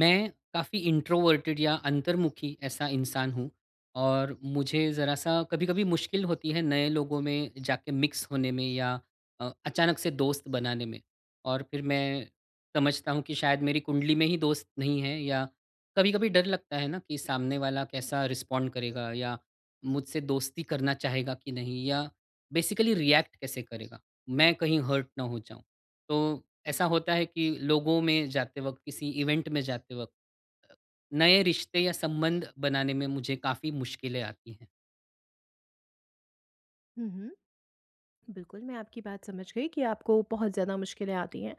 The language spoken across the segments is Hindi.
मैं काफ़ी इंट्रोवर्टेड या अंतर्मुखी ऐसा इंसान हूँ और मुझे ज़रा-सा कभी-कभी मुश्किल होती है नए लोगों में जाके मिक्स होने में या अचानक से दोस्त बनाने में। और फिर मैं समझता हूँ कि शायद मेरी कुंडली में ही दोस्त नहीं है या कभी-कभी डर लगता है ना कि सामने वाला कैसा रिस्पॉन्ड करेगा या मुझसे दोस्ती करना चाहेगा कि नहीं या बेसिकली रिएक्ट कैसे करेगा। मैं कहीं हर्ट ना हो जाऊँ। तो ऐसा होता है कि लोगों में जाते वक़्त, किसी इवेंट में जाते वक़्त अ, नए रिश्ते या संबंध बनाने में मुझे काफ़ी मुश्किलें आती हैं। हुँ, हुँ। बिल्कुल, मैं आपकी बात समझ गई कि आपको बहुत ज़्यादा मुश्किलें आती हैं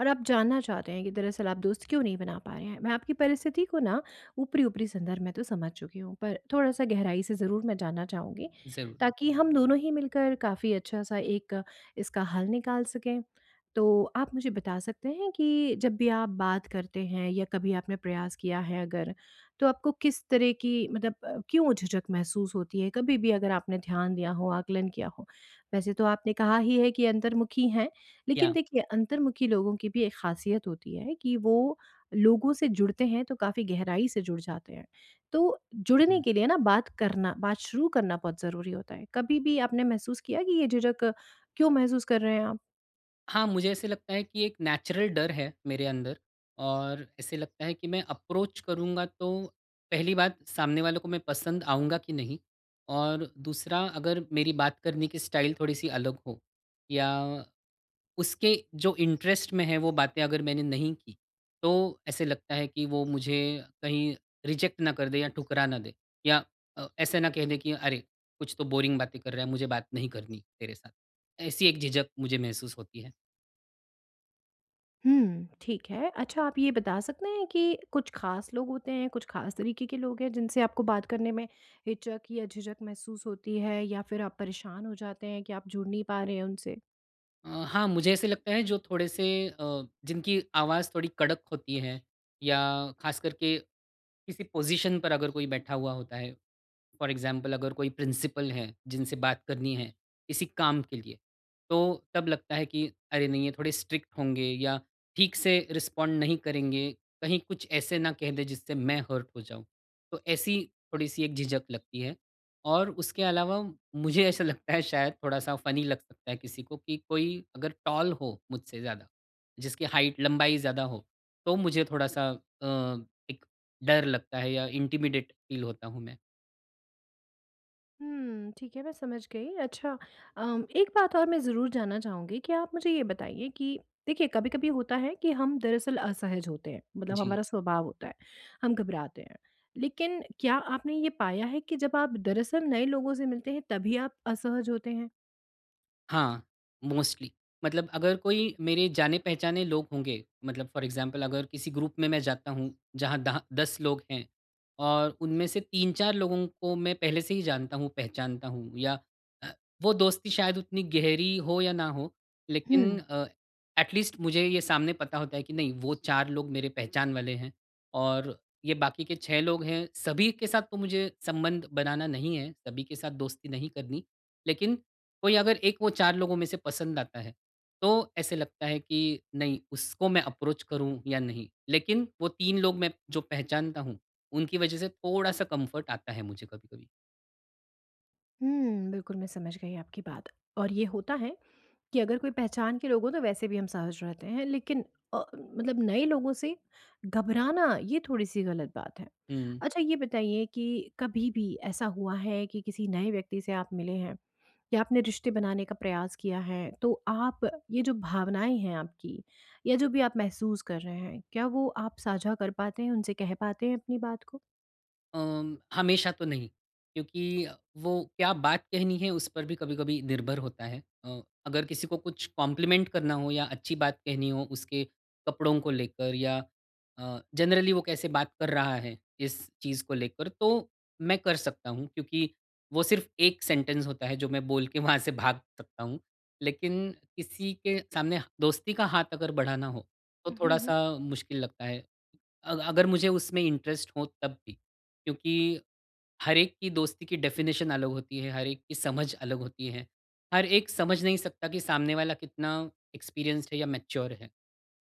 और आप जानना चाहते हैं कि दरअसल आप दोस्त क्यों नहीं बना पा रहे हैं। मैं आपकी परिस्थिति को ना ऊपरी-ऊपरी संदर्भ में तो समझ चुकी हूँ, पर थोड़ा-सा गहराई से ज़रूर मैं जानना चाहूँगी, ज़रूर। ताकि हम दोनों ही मिलकर काफ़ी अच्छा-सा एक इसका हल निकाल सकें। तो आप मुझे बता सकते हैं कि जब भी आप बात करते हैं या कभी आपने प्रयास किया है अगर, तो आपको किस तरह की मतलब क्यों झिझक महसूस होती है? कभी भी अगर आपने ध्यान दिया हो, आकलन किया हो, वैसे तो आपने कहा ही है कि अंतर्मुखी हैं, लेकिन या। देखिए अंतर्मुखी लोगों की भी एक ख़ासियत होती है कि वो लोगों से जुड़ते हैं तो काफ़ी गहराई से जुड़ जाते हैं। तो जुड़ने जी। के लिए ना बात करना, बात शुरू करना बहुत ज़रूरी होता है। कभी भी आपने महसूस किया कि ये झिझक क्यों महसूस कर रहे हैं आप? हाँ, मुझे ऐसे लगता है कि एक नेचुरल डर है मेरे अंदर और ऐसे लगता है कि मैं अप्रोच करूँगा तो पहली बात सामने वाले को मैं पसंद आऊँगा कि नहीं? और दूसरा अगर मेरी बात करने की स्टाइल थोड़ी-सी अलग हो या उसके जो इंटरेस्ट में है वो बातें अगर मैंने नहीं की, तो ऐसे लगता है कि वो मुझे कहीं रिजेक्ट ना कर दे या ठुकरा ना दे या ऐसे ना कह दे कि अरे! कुछ तो बोरिंग बातें कर रहा है, मुझे बात नहीं करनी तेरे साथ। ऐसी एक झिझक मुझे महसूस होती है। हुँ, ठीक है। अच्छा, आप ये बता सकते हैं कि कुछ ख़ास लोग होते हैं, कुछ ख़ास तरीके के लोग हैं जिनसे आपको बात करने में हिचक या झिझक महसूस होती है, या फिर आप परेशान हो जाते हैं कि आप जुड़ नहीं पा रहे हैं उनसे? हाँ, मुझे ऐसे लगता है जो थोड़े से जिनकी आवाज़ थोड़ी कड़क होती है या ख़ास करके किसी पोज़ीशन पर अगर कोई बैठा हुआ होता है, फॉर एग्जाम्पल अगर कोई प्रिंसिपल है जिनसे बात करनी है किसी काम के लिए, तो तब लगता है कि अरे नहीं, ये थोड़े स्ट्रिक्ट होंगे या ठीक से रिस्पॉन्ड नहीं करेंगे, कहीं कुछ ऐसे ना कह दे जिससे मैं हर्ट हो जाऊं। तो ऐसी थोड़ी सी एक झिझक लगती है। और उसके अलावा मुझे ऐसा लगता है शायद थोड़ा सा फनी लग सकता है किसी को कि कोई अगर टॉल हो मुझसे ज़्यादा, जिसकी हाइट लंबाई ज़्यादा हो, तो मुझे थोड़ा सा एक डर लगता है या इंटिमिडेट फील होता हूँ मैं। हुँ, ठीक है, मैं समझ गई। अच्छा, एक बात और मैं ज़रूर जानना चाहूँगी, कि आप मुझे ये बताइए कि देखिए, कभी-कभी होता है कि हम दरअसल असहज होते हैं, मतलब जी। हमारा स्वभाव होता है, हम घबराते हैं। लेकिन क्या आपने ये पाया है कि जब आप दरअसल नए लोगों से मिलते हैं तभी आप असहज होते हैं? हाँ, मोस्टली, मतलब अगर कोई मेरे जाने-पहचाने लोग होंगे, मतलब फ़ॉर एग्ज़ाम्पल अगर किसी ग्रुप में मैं जाता हूँ, जहाँ दह 10 लोग हैं और उनमें से 3-4 लोगों को मैं पहले से ही जानता हूँ, पहचानता हूँ या अ, वो दोस्ती शायद उतनी गहरी हो या ना हो, हुँ। लेकिन एट लीस्ट मुझे ये सामने पता होता है कि नहीं, वो 4 लोग मेरे पहचान वाले हैं और ये बाकी के 6 लोग हैं, सभी के साथ तो मुझे संबंध बनाना नहीं है, सभी के साथ दोस्ती नहीं करनी। लेकिन कोई अगर एक वो 4 लोगों में से पसंद आता है, तो ऐसे लगता है कि नहीं, उसको मैं अप्रोच करूँ या नहीं। लेकिन वो 3 लोग मैं जो पहचानता हूँ, उनकी वजह से थोड़ा-सा कम्फ़र्ट आता है मुझे कभी-कभी। हुँ, बिल्कुल मैं समझ गई आपकी बात, और ये होता है कि अगर कोई पहचान के लोग हों तो वैसे भी हम सहज रहते हैं, लेकिन मतलब नए लोगों से घबराना ये थोड़ी-सी गलत बात है। हुँ। अच्छा, ये बताइए कि कभी भी ऐसा हुआ है कि किसी नए व्यक्ति से आप मिले हैं या आपने रिश्ते बनाने का प्रयास किया है, तो आप ये जो भावनाएँ हैं आपकी, या जो भी आप महसूस कर रहे हैं, क्या वो आप साझा कर पाते हैं, उनसे कह पाते हैं अपनी बात हमेशा तो नहीं, क्योंकि वो क्या बात कहनी है उस पर भी कभी-कभी निर्भर होता है। अगर किसी को कुछ कॉम्प्लीमेंट करना हो या अच्छी बात कहनी हो उसके कपड़ों को लेकर या जनरली वो कैसे बात कर रहा है इस चीज़ को लेकर, तो मैं कर सकता हूँ, क्योंकि वो सिर्फ़ एक सेंटेंस होता है जो मैं बोल के वहाँ से भाग सकता हूँ। लेकिन किसी के सामने दोस्ती का हाथ अगर बढ़ाना हो तो को? थोड़ा-सा मुश्किल लगता है। अगर मुझे उसमें इंटरेस्ट हो तब भी। क्योंकि हर एक की दोस्ती की डेफ़िनेशन अलग होती है, हर एक की समझ अलग होती है। हर एक समझ नहीं सकता कि सामने वाला कितना एक्सपीरियंस्ड है या मैच्योर है।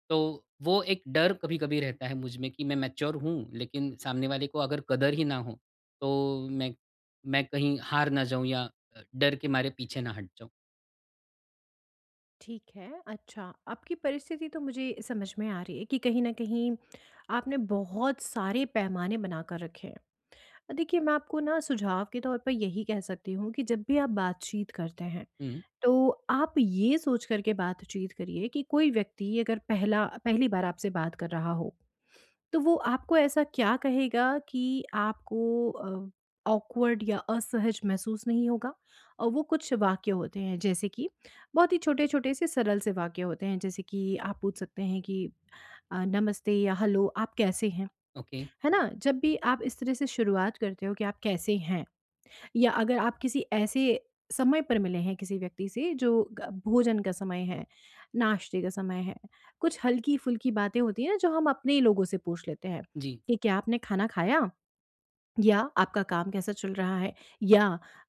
तो वो एक डर कभी-कभी रहता है मुझ में कि मैं मैच्योर हूँ, लेकिन सामने वाले को अगर कदर ही ना हो, तो मैं कहीं हार ना जाऊँ या डर के मारे पीछे ना हट जाऊँ। ठीक है, अच्छा, आपकी परिस्थिति तो मुझे समझ में आ रही है कि कहीं न कहीं आपने बहुत सारे पैमाने बना कर रखे हैं। देखिए, मैं आपको ना सुझाव के तौर पर यही कह सकती हूँ कि जब भी आप बातचीत करते हैं, हुँ। तो आप ये सोच कर के बातचीत करिए कि कोई व्यक्ति अगर पहला पहली बार आपसे बात कर रहा हो, तो वो आपको ऐसा क्या कहेगा कि आपको ऑकवर्ड या असहज महसूस नहीं होगा। और वो कुछ वाक्य होते हैं, जैसे कि बहुत ही छोटे-छोटे से सरल से वाक्य होते हैं, जैसे कि आप पूछ सकते हैं कि नमस्ते या हेलो, आप कैसे हैं? ओके। है ना? जब भी आप इस तरह से शुरुआत करते हो कि आप कैसे हैं? या अगर आप किसी ऐसे समय पर मिले हैं किसी व्यक्ति से, जो भोजन का समय है, नाश्ते का समय है, कुछ हल्की फुल्की बातें होती है ना, जो हम अपने ही लोगों से पूछ लेते हैं जी। कि क्या आपने खाना खाया, या आपका काम कैसा चल रहा है, या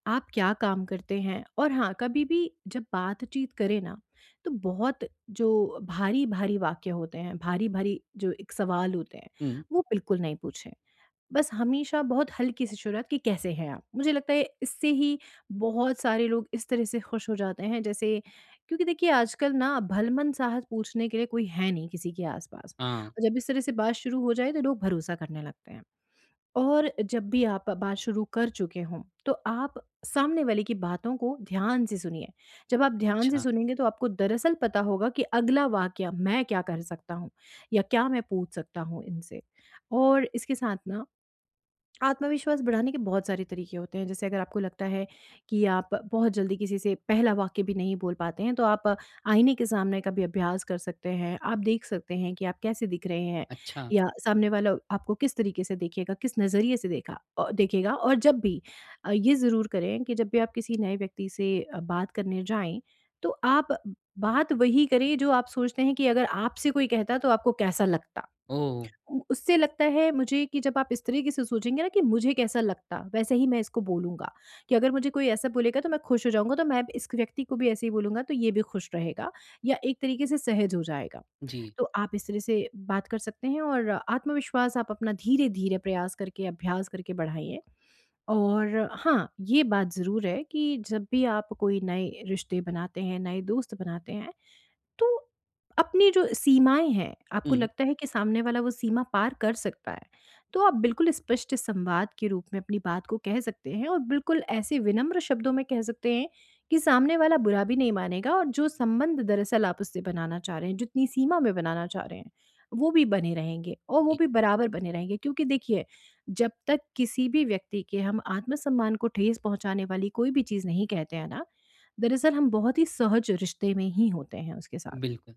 आप क्या काम करते हैं। और हाँ, कभी भी जब बातचीत करें ना, तो बहुत जो भारी भारी वाक्य होते हैं, भारी भारी जो एक सवाल होते हैं, हुँ। वो बिल्कुल नहीं पूछें। बस हमेशा बहुत हल्की सी शुरुआत कि कैसे हैं आप? मुझे लगता है इससे ही बहुत सारे लोग इस तरह से खुश हो जाते हैं, जैसे, क्योंकि देखिए, आजकल ना भलमन साहस पूछने के लिए कोई है नहीं किसी के आसपास। हाँ। और जब इस तरह से बात शुरू हो जाए, तो लोग भरोसा करने लगते हैं। और जब भी आप बात शुरू कर चुके हों, तो आप सामने वाले की बातों को ध्यान से सुनिए। जब आप ध्यान से अच्छा, सुनेंगे, तो आपको दरअसल पता होगा कि अगला वाकया मैं क्या कर सकता हूँ, या क्या मैं पूछ सकता हूँ इनसे। और इसके साथ ना, आत्मविश्वास बढ़ाने के बहुत सारे तरीके होते हैं। जैसे, अगर आपको लगता है कि आप बहुत जल्दी किसी से पहला वाक्य भी नहीं बोल पाते हैं, तो आप आईने के सामने का भी अभ्यास कर सकते हैं। आप देख सकते हैं कि आप कैसे दिख रहे हैं, अच्छा। या सामने वाला आपको किस तरीके से देखेगा, किस नज़रिए से देखेगा। और जब भी ये ज़रूर करें कि जब भी आप किसी नए व्यक्ति से बात करने जाएँ, तो आप बात वही करें जो आप सोचते हैं कि अगर आपसे कोई कहता तो आपको कैसा लगता? ओह! उ उससे लगता है मुझे कि जब आप इस तरीके से सोचेंगे ना कि मुझे कैसा लगता, वैसे ही मैं इसको बोलूँगा, कि अगर मुझे कोई ऐसा बोलेगा तो मैं खुश हो जाऊँगा, तो मैं इस व्यक्ति को भी ऐसे ही बोलूँगा तो ये भी खुश रहेगा, या एक तरीके से सहज हो जाएगा। जी। तो आप इस तरह से बात कर सकते हैं, और आत्मविश्वास आप अपना धीरे-धीरे प्रयास करके, अभ्यास करके बढ़ाइए। और हाँ, ये बात ज़रूर है कि जब भी आप कोई नए रिश्ते बनाते हैं, नए दोस्त बनाते हैं, तो अपनी जो सीमाएँ हैं, आपको हुँ। लगता है कि सामने वाला वो सीमा पार कर सकता है, तो आप बिल्कुल स्पष्ट संवाद के रूप में अपनी बात को कह सकते हैं, और बिल्कुल ऐसे विनम्र शब्दों में कह सकते हैं कि सामने वाला बुरा भी नहीं मानेगा, और जो संबंध दरअसल आप उससे बनाना चाह रहे हैं, जितनी सीमा में बनाना चाह रहे हैं, वो भी बने रहेंगे, और वो जी। भी बराबर बने रहेंगे। क्योंकि देखिए, जब तक किसी भी व्यक्ति के हम आत्मसम्मान को ठेस पहुँचाने वाली कोई भी चीज़ नहीं कहते हैं ना, दरअसल हम बहुत ही सहज रिश्ते में ही होते हैं उसके साथ। बिल्कुल।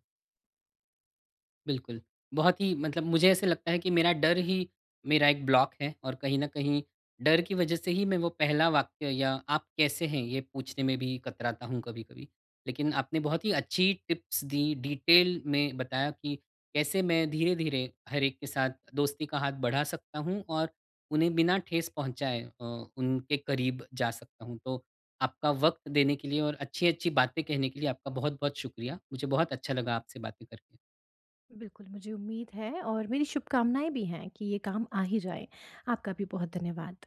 बिल्कुल। बहुत ही, मतलब मुझे ऐसे लगता है कि मेरा डर ही मेरा एक ब्लॉक है और कहीं न कहीं डर की वजह से ही मैं वो पहला वाक्य या आप कैसे हैं? ये पूछने में भी कतराता हूँ कभी-कभी। लेकिन आपने बहुत ही अच्छी टिप्स दी, डिटेल में बताया कि कैसे मैं धीरे-धीरे हर एक के साथ दोस्ती का हाथ बढ़ा सकता हूँ और उन्हें बिना ठेस पहुँचाए उनके करीब जा सकता हूँ। तो आपका वक़्त देने के लिए और अच्छी-अच्छी बातें कहने के लिए आपका बहुत-बहुत शुक्रिया। मुझे बहुत अच्छा लगा आपसे बातें करके। बिल्कुल, मुझे उम्मीद है, और मेरी शुभकामनाएँ भी हैं कि ये काम आ ही जाए। आपका भी बहुत धन्यवाद।